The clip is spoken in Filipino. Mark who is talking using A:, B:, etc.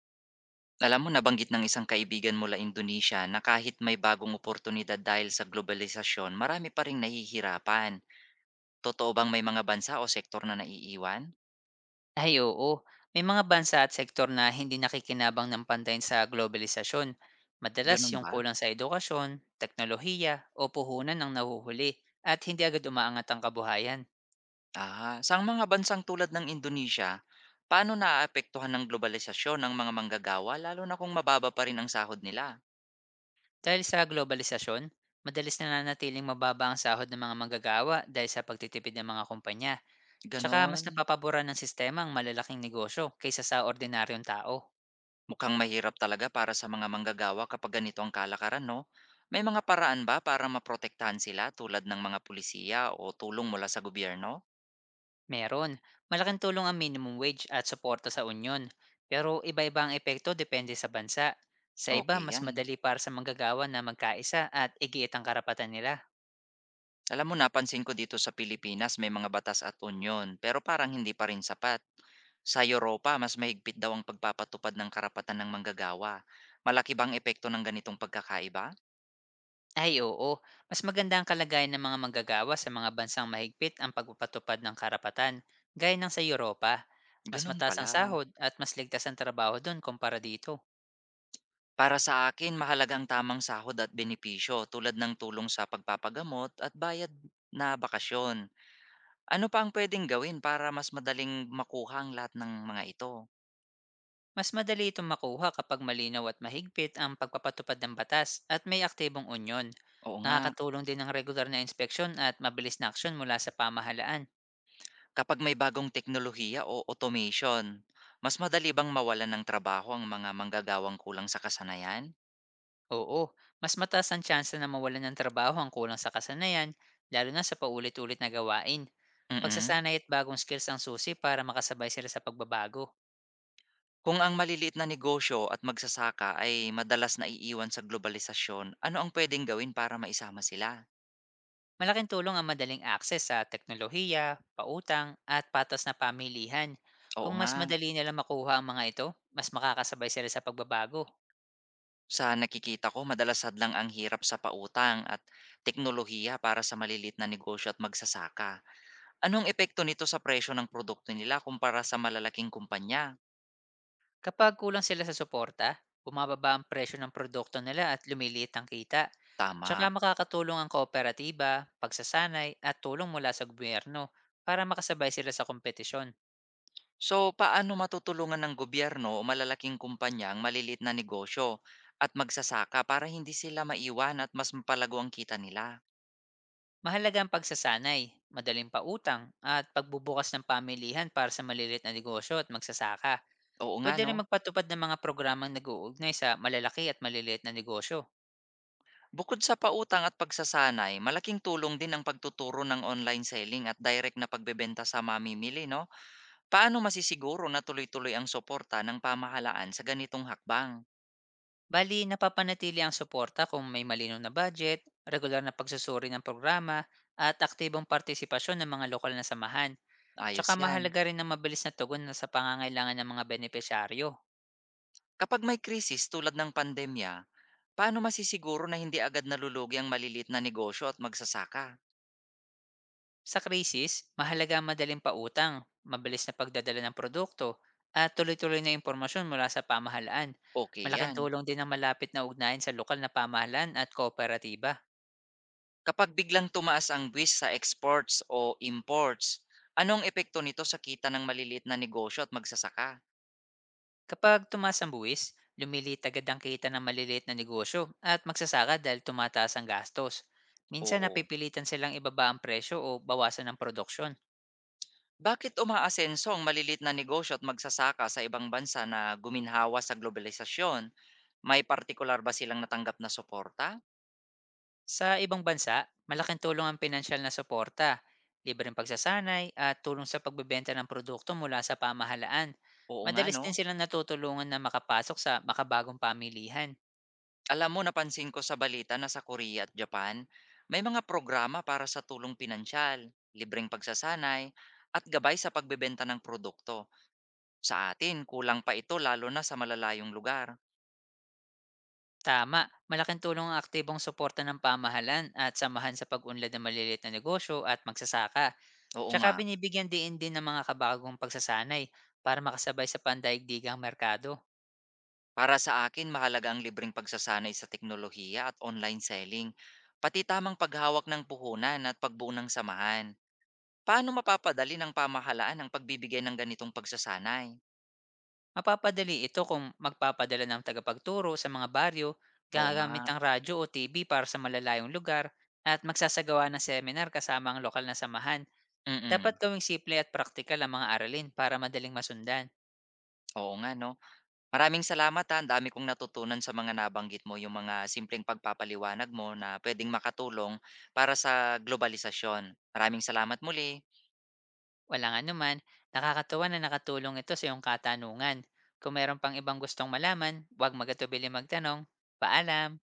A: Alam mo nabanggit ng isang kaibigan mula Indonesia na kahit may bagong oportunidad dahil sa globalisasyon, marami pa ring nahihirapan. Totoo bang may mga bansa o sektor na naiiwan?
B: Ay, oo, may mga bansa at sektor na hindi nakikinabang ng pantayin sa globalisasyon. Madalas
A: Ganun
B: yung
A: ba?
B: kulang sa edukasyon, teknolohiya o puhunan ang nahuhuli at hindi agad umaangat ang kabuhayan.
A: Sa mga bansang tulad ng Indonesia, paano naaapektuhan ng globalisasyon ng mga manggagawa lalo na kung mababa pa rin ang sahod nila?
B: Dahil sa globalisasyon, madalas nananatiling mababa ang sahod ng mga manggagawa dahil sa pagtitipid ng mga kumpanya. Tsaka mas
A: Ganon.
B: napapabura ng sistema ang malalaking negosyo kaysa sa ordinaryong tao.
A: Mukhang mahirap talaga para sa mga manggagawa kapag ganito ang kalakaran, no? May mga paraan ba para maprotektahan sila tulad ng mga pulisiya o tulong mula sa gobyerno?
B: Meron. Malaking tulong ang minimum wage at suporta sa union. Pero iba-iba ang epekto depende sa bansa. Sa iba,
A: Okay,
B: mas
A: 'yan.
B: madali para sa manggagawa na magkaisa at igiit ang karapatan nila.
A: Alam mo napansin ko dito sa Pilipinas may mga batas at unyon, pero parang hindi pa rin sapat. Sa Europa mas mahigpit daw ang pagpapatupad ng karapatan ng manggagawa. Malaki bang epekto ng ganitong pagkakaiba?
B: Ay, oo, mas maganda ang kalagayan ng mga manggagawa sa mga bansang mahigpit ang pagpapatupad ng karapatan, gaya ng sa Europa. Mas
A: Gano'n
B: mataas
A: pala.
B: ang sahod at mas ligtas ang trabaho doon kumpara dito.
A: Para sa akin mahalaga ang tamang sahod at benepisyo tulad ng tulong sa pagpapagamot at bayad na bakasyon. Ano pa ang puwedeng gawin para mas madaling makuha ang lahat ng mga ito?
B: Mas madali itong makuha kapag malinaw at mahigpit ang pagpapatupad ng batas at may aktibong unyon.
A: Oo nga.
B: Nakakatulong din ang regular na inspeksyon at mabilis na aksyon mula sa pamahalaan.
A: Kapag may bagong teknolohiya o automation, mas madali bang mawalan ng trabaho ang mga manggagawang kulang sa kasanayan?
B: Oo, mas mataas ang tsansa na mawalan ng trabaho ang kulang sa kasanayan, lalo na sa paulit-ulit na gawain.
A: Mm.
B: Pagsasanay at bagong skills ang susi para makasabay sila sa pagbabago.
A: Kung ang maliliit na negosyo at magsasaka ay madalas na naiiwan sa globalisasyon, ano ang pwedeng gawin para maisama sila?
B: Malaking tulong ang madaling access sa teknolohiya, pautang, at patas na pamilihan.
A: Oo
B: Kung
A: nga,
B: mas madali nila makuha ang mga ito, mas makakasabay sila sa pagbabago.
A: sa nakikita ko madalas hadlang ang hirap sa pautang at teknolohiya para sa maliliit na negosyo at magsasaka. Anong epekto nito sa presyo ng produkto nila kumpara sa malalaking kumpanya?
B: Kapag kulang sila sa suporta, bumababa ang presyo ng produkto nila at lumiliit ang kita.
A: Tama.
B: Tsaka makakatulong ang kooperatiba, pagsasanay at tulong mula sa gobyerno para makasabay sila sa kompetisyon.
A: So, paano matutulungan ng gobyerno o malalaking kumpanya ang maliliit na negosyo at magsasaka para hindi sila maiwan at mas mapalago ang kita nila?
B: Mahalaga ang pagsasanay, madaling pautang at pagbubukas ng pamilihan para sa maliliit na negosyo at magsasaka.
A: Oo nga,
B: Pwede
A: no?
B: rin magpatupad ng mga programang nag-uugnay sa malalaki at maliliit na negosyo.
A: Bukod sa pautang at pagsasanay, malaking tulong din ang pagtuturo ng online selling at direct na pagbebenta sa mamimili, no? Paano masisiguro na tuloy-tuloy ang suporta ng pamahalaan sa ganitong hakbang?
B: Bali, napapanatili ang suporta kung may malinaw na budget, regular na pagsusuri ng programa, at aktibong partisipasyon ng mga lokal na samahan. Tsaka
A: Ayos yan.
B: mahalaga rin ang mabilis na tugon na sa pangangailangan ng mga benepisyaryo.
A: Kapag may krisis tulad ng pandemya, paano masisiguro na hindi agad nalulugi ang maliliit na negosyo at magsasaka?
B: Sa krisis, mahalaga ang madaling pautang, mabilis na pagdadala ng produkto, at tuloy-tuloy na impormasyon mula sa pamahalaan.
A: Okay
B: Malaking
A: yan.
B: tulong din ang malapit na ugnayan sa lokal na pamahalaan at kooperatiba.
A: Kapag biglang tumaas ang buwis sa exports o imports, anong epekto nito sa kita ng maliliit na negosyo at magsasaka?
B: Kapag tumaas ang buwis, lumilit agad ang kita ng maliliit na negosyo at magsasaka dahil tumataas ang gastos. Minsan
A: Oo.
B: napipilitan silang ibaba ang presyo o bawasan ang produksyon.
A: Bakit umaasenso ang maliliit na negosyo at magsasaka sa ibang bansa na guminhawa sa globalisasyon? May partikular ba silang natanggap na suporta?
B: Sa ibang bansa, malaking tulong ang pinansyal na suporta, libreng pagsasanay at tulong sa pagbebenta ng produkto mula sa pamahalaan.
A: Oo nga
B: Madalas
A: no.
B: din silang natutulungan na makapasok sa makabagong pamilihan.
A: Alam mo napansin ko sa balita na sa Korea at Japan, may mga programa para sa tulong pinansyal, libreng pagsasanay, at gabay sa pagbebenta ng produkto. Sa atin kulang pa ito lalo na sa malalayong lugar.
B: Tama, malaking tulong ang aktibong suporta ng pamahalan at samahan sa pag-unlad ng maliliit na negosyo at magsasaka.
A: Oo
B: Tsaka
A: nga,
B: binibigyan diin din ng mga kabagong pagsasanay para makasabay sa pandaigdigang merkado.
A: para sa akin mahalaga ang libreng pagsasanay sa teknolohiya at online selling, pati tamang paghawak ng puhunan at pagbuo ng samahan. Paano mapapadali ng pamahalaan ang pagbibigay ng ganitong pagsasanay?
B: Mapapadali ito kung magpapadala ng tagapagturo sa mga baryo,
A: Oo
B: gagamit
A: nga.
B: ng radyo o TV para sa malalayong lugar, at magsasagawa ng seminar kasama ang lokal na samahan. Dapat
A: Mm.
B: gawing simple at praktikal ang mga aralin para madaling masundan.
A: Oo nga 'no. Maraming salamat ha, ang dami kong natutunan sa mga nabanggit mo, yung mga simpleng pagpapaliwanag mo na puwedeng makatulong para sa globalisasyon. Maraming salamat muli.
B: Walang anuman, nakakatuwa na nakatulong ito sa iyong katanungan. Kung meron pang ibang gustong malaman, huwag magatubili magtanong. Paalam!